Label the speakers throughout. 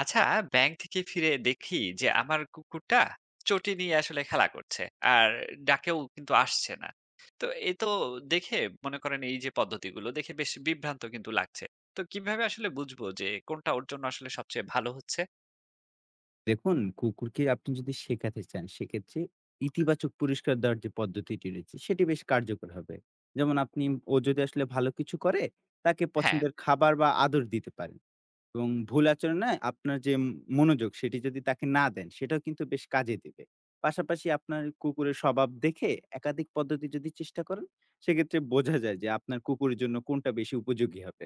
Speaker 1: আচ্ছা, ব্যাংক থেকে ফিরে দেখি যে আমার কুকুরটা চটি নিয়ে আসলে খেলা করছে আর ডাকেও কিন্তু আসছে না। তো এ তো দেখে মনে করেন এই যে পদ্ধতিগুলো দেখে বেশ বিভ্রান্ত কিন্তু লাগছে। তো কিভাবে আসলে বুঝবো যে কোনটা ওর জন্য আসলে সবচেয়ে ভালো হচ্ছে?
Speaker 2: দেখুন, কুকুরকে আপনি যদি শেখাতে চান, সেক্ষেত্রে ইতিবাচক পুরস্কার দেওয়ার যে পদ্ধতিটি রয়েছে, সেটি বেশ কার্যকর হবে। যেমন আপনি ও যদি আসলে ভালো কিছু করে, তাকে
Speaker 1: হ্যাঁ,
Speaker 2: পছন্দের খাবার বা আদর দিতে পারেন। এবং ভুল আচরণে আপনার যে মনোযোগ, সেটি যদি তাকে না দেন, সেটাও কিন্তু বেশ কাজে দিবে। পাশাপাশি আপনার কুকুরের স্বভাব দেখে একাধিক পদ্ধতি যদি চেষ্টা করেন, সেক্ষেত্রে বোঝা যায় যে আপনার কুকুরের জন্য কোনটা বেশি উপযোগী হবে।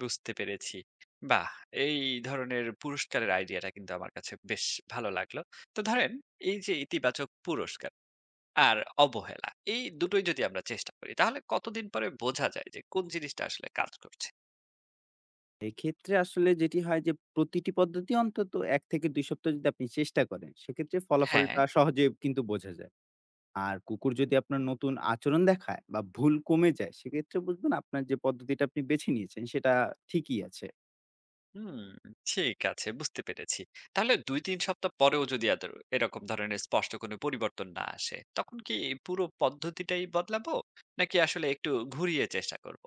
Speaker 1: বুঝতে পেরেছি। বাহ, এই ধরনের পুরস্কারের আইডিয়াটা কিন্তু আমার কাছে বেশ ভালো লাগলো। তো ধরেন এই যে ইতিবাচক পুরস্কার আর অবহেলা। এই দুটোই যদি আমরা চেষ্টা করি তাহলে কতদিন পরে বোঝা যায় যে কোন জিনিসটা আসলে কাজ করছে?
Speaker 2: এক্ষেত্রে আসলে যেটি হয় যে প্রতিটি পদ্ধতি অন্তত ১ থেকে ২ সপ্তাহ যদি আপনি চেষ্টা করেন, সেক্ষেত্রে
Speaker 1: হ্যাঁ,
Speaker 2: ফলাফলটা সহজে কিন্তু বোঝা যায়। আর কুকুর যদি আপনার নতুন আচরণ দেখায় বা ভুল কমে যায়, সেক্ষেত্রে বুঝবেন আপনার যে পদ্ধতিটা আপনি বেছে নিয়েছেন সেটা ঠিকই আছে।
Speaker 1: হুম, ঠিক আছে, বুঝতে পেরেছি। তাহলে ২-৩ সপ্তাহ পরেও যদি আদর এরকম ধরনের স্পষ্ট কোনো পরিবর্তন না আসে, তখন কি এই পুরো পদ্ধতিটাই বদলাবো? নাকি আসলে একটু ঘুরিয়ে চেষ্টা করব?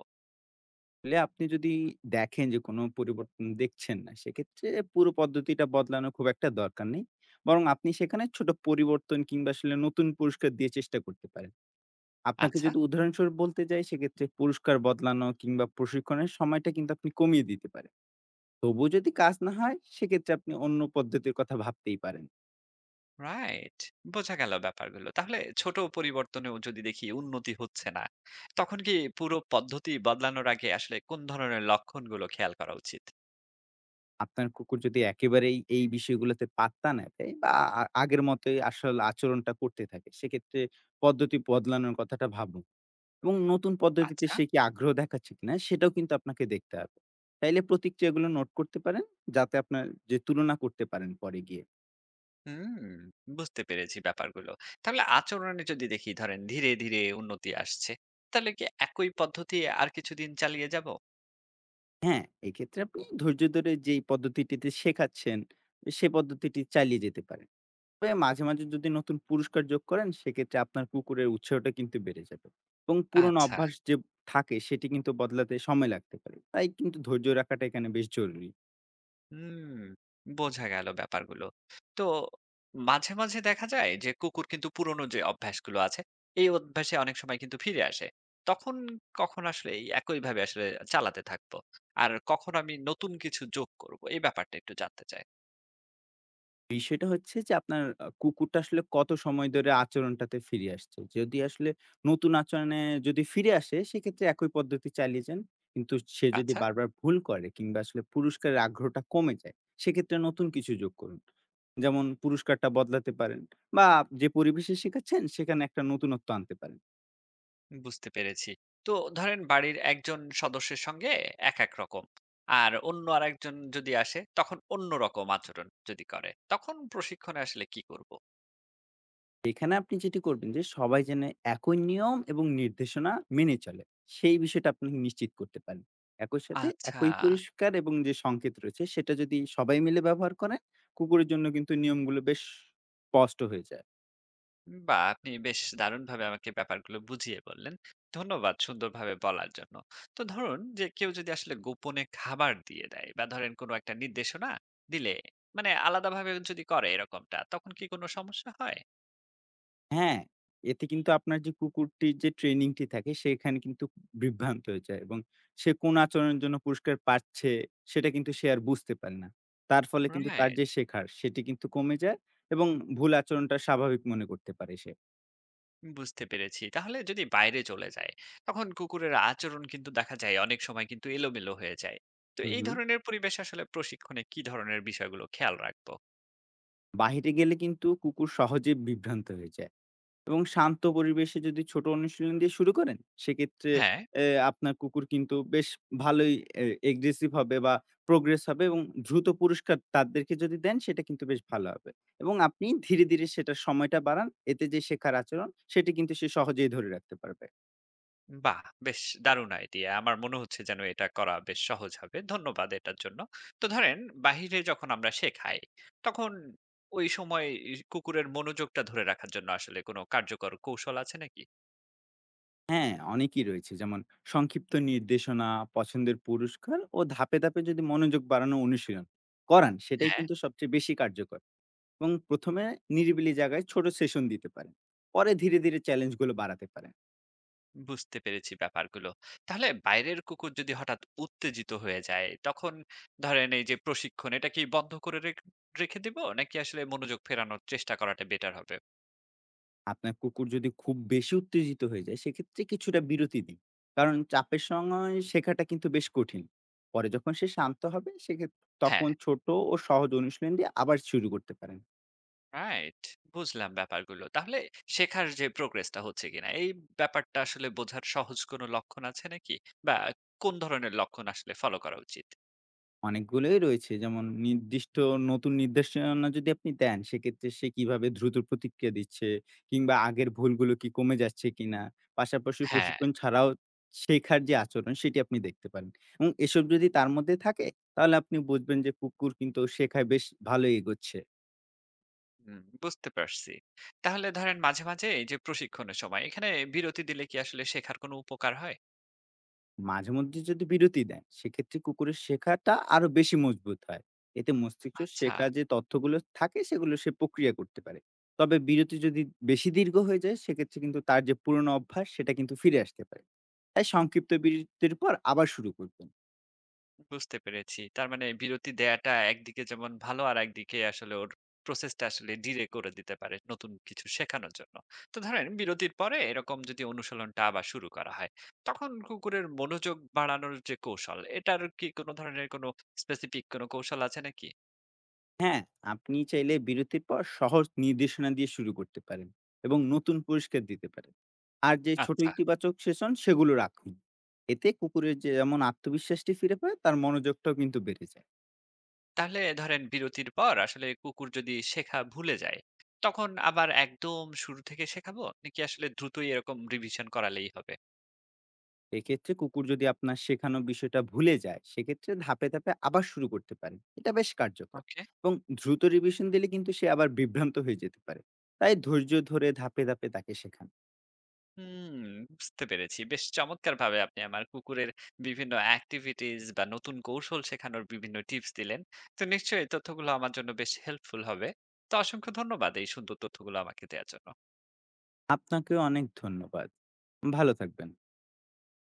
Speaker 2: আসলে আপনি যদি দেখেন যে কোনো পরিবর্তন দেখছেন না, সেক্ষেত্রে পুরো পদ্ধতিটা বদলানোর খুব একটা দরকার নেই। বরং আপনি সেখানে ছোট পরিবর্তন কিংবা আসলে নতুন পুরস্কার দিয়ে চেষ্টা করতে পারেন। আপনাকে
Speaker 1: আচ্ছা,
Speaker 2: যদি উদাহরণস্বরূপ বলতে যাই, সেক্ষেত্রে পুরস্কার বদলানো কিংবা প্রশিক্ষণের সময়টা কিন্তু আপনি কমিয়ে দিতে পারেন। তবুও যদি কাজ না হয়, সেক্ষেত্রে আপনি অন্য পদ্ধতির কথা ভাবতেই পারেন।
Speaker 1: রাইট। বোঝা গেল ব্যাপারগুলো। তাহলে ছোট পরিবর্তনেও যদি দেখি উন্নতি হচ্ছে না, তখন কি পুরো পদ্ধতি বদলানোর আগে আসলে কোন ধরনের লক্ষণগুলো খেয়াল করা উচিত?
Speaker 2: আপনার কুকুর যদি একেবারেই এই বিষয়গুলোতে পাত্তা না দেয় বা আগের মতোই আসল আচরণটা করতে থাকে, সেক্ষেত্রে পদ্ধতি বদলানোর কথাটা ভাবুন এবং নতুন পদ্ধতিতে
Speaker 1: আচ্ছা।
Speaker 2: সে কি আগ্রহ দেখাচ্ছে কিনা, সেটাও কিন্তু আপনাকে দেখতে হবে। চাইলে প্রতিক্রিয়াগুলো নোট করতে পারেন, যাতে আপনার যে তুলনা করতে পারেন পরে গিয়ে।
Speaker 1: হুম, বুঝতে পেরেছি ব্যাপারগুলো। তাহলে আচরণে যদি দেখি ধরেন ধীরে, ধীরে উন্নতি আসছে, তাহলে কি একই পদ্ধতি আর কিছুদিন চালিয়ে যাব?
Speaker 2: হ্যাঁ, এক্ষেত্রে আপনি ধৈর্য ধরে যেই পদ্ধতিটিতে শেখাচ্ছেন, সে পদ্ধতিটি চালিয়ে যেতে পারেন। তবে মাঝে, মাঝে যদি নতুন পুরস্কার যোগ করেন, সেক্ষেত্রে আপনার কুকুরের উৎসাহটা কিন্তু বেড়ে যাবে। এবং পুরনো
Speaker 1: আচ্ছা,
Speaker 2: অভ্যাস যে থাকে, সেটি কিন্তু বদলাতে সময় লাগতে পারে। তাই কিন্তু ধৈর্য রাখাটা এখানে বেশ জরুরি।
Speaker 1: হুম, বোঝা গেল ব্যাপারগুলো। তো মাঝে, মাঝে দেখা যায় যে কুকুর কিন্তু পুরনো যে অভ্যাসগুলো আছে, এই অভ্যাসে অনেক সময় কিন্তু ফিরে আসে। তখন কখন আসলে এই একইভাবে আসলে চালাতে থাকবো? আর কখন আমি নতুন কিছু যোগ করব? এই ব্যাপারটা একটু জানতে চাই।
Speaker 2: বিষয়টা হচ্ছে যে আপনার কুকুরটা আসলে কত সময় ধরে আচরণটাতে ফিরে আসছে। যদি আসলে নতুন আচরণে যদি ফিরে আসে, সেক্ষেত্রে একই পদ্ধতি চালিয়ে যান। কিন্তু সে যদি
Speaker 1: আচ্ছা।
Speaker 2: বারবার ভুল করে কিংবা আসলে পুরস্কারের আগ্রহটা কমে যায়, সেক্ষেত্রে নতুন কিছু যোগ করুন। যেমন পুরস্কারটা বদলাতে পারেন, বা যে পরিবেশে শেখাচ্ছেন সেখানে একটা নতুনত্ব আনতে পারেন।
Speaker 1: বুঝতে পেরেছি। তো ধরেন বাড়ির একজন সদস্যের সঙ্গে এক, এক রকম। আর অন্য আরেকজন যদি আসে তখন অন্যরকম আচরণ যদি করে, তখন প্রশিক্ষণে আসলে কি করব?
Speaker 2: এখানে আপনি যেটি করবেন, যে সবাই যেন একই নিয়ম এবং নির্দেশনা মেনে চলে, সেই বিষয়টা আপনি নিশ্চিত করতে পারেন। একই সাথে
Speaker 1: আচ্ছা।
Speaker 2: একই পুরস্কার এবং যে সংকেত রয়েছে সেটা যদি সবাই মিলে ব্যবহার করে, কুকুরের জন্য কিন্তু নিয়মগুলো বেশ স্পষ্ট হয়ে যায়।
Speaker 1: বাহ! আপনি বেশ দারুণভাবে আমাকে ব্যাপারগুলো বুঝিয়ে বললেন। ধন্যবাদ সুন্দরভাবে বলার জন্য। তো ধরুন যে কেউ যদি আসলে গোপনে খাবার দিয়ে দেয় বা ধরেন কোনো একটা নির্দেশনা দিলে মানে আলাদাভাবে যদি করে এরকমটা তখন কি কোনো সমস্যা হয়?
Speaker 2: হ্যাঁ, এতে কিন্তু আপনার যে কুকুরটির যে ট্রেনিংটি থাকে, সেখানে কিন্তু বিভ্রান্ত হয়ে যায় এবং সে কোন আচরণের জন্য পুরস্কার পাচ্ছে, সেটা কিন্তু সে আর বুঝতে পারে না। তার ফলে কিন্তু তার
Speaker 1: রাইট।
Speaker 2: যে শেখার, সেটি কিন্তু কমে যায় এবং ভুল আচরণটা স্বাভাবিক মনে করতে পারে সে।
Speaker 1: বুঝতে পেরেছি। তাহলে যদি বাইরে চলে যায়, তখন কুকুরের আচরণ কিন্তু দেখা যায় অনেক সময় কিন্তু এলোমেলো হয়ে যায়। তো
Speaker 2: হুম,
Speaker 1: এই
Speaker 2: হুম।
Speaker 1: ধরনের পরিবেশ আসলে প্রশিক্ষণে কি ধরনের বিষয়গুলো খেয়াল রাখবো?
Speaker 2: বাহিরে গেলে কিন্তু কুকুর সহজে বিভ্রান্ত হয়ে যায় এবং শান্ত পরিবেশে যদি ছোট অনুশীলন দিয়ে শুরু করেন, সেক্ষেত্রে
Speaker 1: হ্যাঁ,
Speaker 2: এ আপনার কুকুর কিন্তু বেশ ভালোই এ এগ্রেসিভ হবে বা প্রোগ্রেস হবে এবং দ্রুত পুরস্কার তাদেরকে যদি দেন, সেটা কিন্তু বেশ ভালো হবে। এবং আপনি ধীরে, ধীরে সেটার সময়টা বাড়ান। এতে যে শেখার আচরণ, সেটি কিন্তু সে সহজেই ধরে রাখতে পারবে।
Speaker 1: বাহ! বেশ দারুণ আইডিয়া। আমার মনে হচ্ছে যেন এটা করা বেশ সহজ হবে। ধন্যবাদ এটার জন্য। তো ধরেন বাহিরে যখন আমরা শেখাই, তখন ওই সময় কুকুরের মনোযোগটা ধরে রাখার জন্য আসলে কোনো কার্যকর কৌশল আছে নাকি?
Speaker 2: হ্যাঁ, অনেকেই রয়েছে। যেমন সংক্ষিপ্ত নির্দেশনা, পছন্দের পুরস্কার ও ধাপে, ধাপে যদি মনোযোগ বাড়ানো অনুশীলন করান, সেটাই
Speaker 1: হ্যাঁ।
Speaker 2: কিন্তু সবচেয়ে বেশি কার্যকর। এবং ১ম এ নিরিবিলি জায়গায় ছোট সেশন দিতে পারেন। পরে ধীরে, ধীরে চ্যালেঞ্জ গুলো বাড়াতে পারেন।
Speaker 1: বুঝতে পেরেছি ব্যাপারগুলো। তাহলে বাইরের কুকুর যদি হঠাৎ উত্তেজিত হয়ে যায়, তখন ধরেন এই যে প্রশিক্ষণ এটা কি বন্ধ করে রেখে দিব? নাকি আসলে মনোযোগ ফেরানোর চেষ্টা করাটা বেটার হবে?
Speaker 2: আপনার কুকুর যদি খুব বেশি উত্তেজিত হয়ে যায়, সেক্ষেত্রে কিছুটা বিরতি দিন। কারণ চাপের সময় শেখাটা কিন্তু বেশ কঠিন। পরে যখন সে শান্ত হবে, সেক্ষেত্রে
Speaker 1: হ্যাঁ,
Speaker 2: তখন ছোট ও সহজ অনুশীলন দিয়ে আবার শুরু করতে পারেন।
Speaker 1: রাইট। বুঝলাম ব্যাপারগুলো। তাহলে শেখার যে প্রোগ্রেসটা হচ্ছে কিনা, এই ব্যাপারটা আসলে বোঝার সহজ কোনো লক্ষণ আছে নাকি? বা কোন ধরনের লক্ষণ আসলে ফলো করা উচিত?
Speaker 2: অনেকগুলোই রয়েছে। যেমন নির্দিষ্ট নতুন নির্দেশনা যদি আপনি দেন, সেক্ষেত্রে সে কিভাবে দ্রুত প্রতিক্রিয়া দিচ্ছে, কিংবা আগের ভুলগুলো কি কমে যাচ্ছে কিনা? পাশাপাশি
Speaker 1: হ্যাঁ,
Speaker 2: প্রশিক্ষণ ছাড়াও শেখার যে আচরণ, সেটি আপনি দেখতে পারেন এবং এসব যদি তার মধ্যে থাকে, তাহলে আপনি বুঝবেন যে কুকুর কিন্তু শেখায় বেশ ভালোই এগোচ্ছে।
Speaker 1: হুম, বুঝতে পারছি। তাহলে ধরেন মাঝে, মাঝে এই যে প্রশিক্ষণের সময় এখানে বিরতি দিলে কি আসলে শেখার কোনো উপকার হয়?
Speaker 2: মাঝেমধ্যে যদি বিরতি দেন, সেক্ষেত্রে কুকুরের শেখাটা আরো বেশি মজবুত হয়। এতে মস্তিষ্ক
Speaker 1: আচ্ছা।
Speaker 2: শেখা যে তথ্যগুলো থাকে, সেগুলো সে প্রক্রিয়া করতে পারে। তবে বিরতি যদি বেশি দীর্ঘ হয়ে যায়, সেক্ষেত্রে কিন্তু তার যে পুরনো অভ্যাস, সেটা কিন্তু ফিরে আসতে পারে। তাই সংক্ষিপ্ত বিরতির পর আবার শুরু করবেন।
Speaker 1: বুঝতে পেরেছি। তার মানে বিরতি দেয়াটা একদিকে যেমন ভালো, আর একদিকে আসলে ওর প্রসেসটা আসলে ডিলে করে দিতে পারে নতুন কিছু শেখানোর জন্য। তো ধরেন বিরতির পরে এরকম যদি অনুশীলনটা আবার শুরু করা হয়, তখন কুকুরের মনোযোগ বাড়ানোর যে কৌশল, এটার কি কোনো ধরনের কোনো স্পেসিফিক কোনো কৌশল আছে নাকি?
Speaker 2: হ্যাঁ, আপনি চাইলে বিরতির পর সহজ নির্দেশনা দিয়ে শুরু করতে পারেন এবং নতুন পুরস্কার দিতে পারেন। আর যে ছোট
Speaker 1: আচ্ছা।
Speaker 2: ইতিবাচক সেশন, সেগুলো রাখুন। এতে কুকুরের যে যেমন আত্মবিশ্বাসটি ফিরে পায়, তার মনোযোগটাও কিন্তু বেড়ে যায়।
Speaker 1: তাহলে ধরেন বিরতির পর আসলে কুকুর যদি শেখা ভুলে যায়, তখন আবার একদম শুরু থেকে শেখাবো? নাকি আসলে দ্রুতই এরকম রিভিশন করালেই হবে?
Speaker 2: এক্ষেত্রে কুকুর যদি আপনার শেখানো বিষয়টা ভুলে যায়, সেক্ষেত্রে ধাপে ধাপে আবার শুরু করতে পারেন। এটা বেশ কার্যকর।
Speaker 1: ওকে।
Speaker 2: এবং দ্রুত রিভিশন দিলে কিন্তু সে আবার বিভ্রান্ত হয়ে যেতে পারে। তাই ধৈর্য ধরে ধাপে ধাপে তাকে শেখান।
Speaker 1: হুম, বুঝতে পেরেছি। বেশ চমৎকারভাবে আপনি আমার কুকুরের বিভিন্ন activities বা নতুন কৌশল শেখানোর বিভিন্ন টিপস দিলেন। তো নিশ্চয়ই এই তথ্যগুলো আমার জন্য বেশ হেল্পফুল হবে। তো অসংখ্য ধন্যবাদ এই সুন্দর তথ্যগুলো আমাকে দেয়ার জন্য।
Speaker 2: আপনাকেও অনেক ধন্যবাদ। ভালো থাকবেন।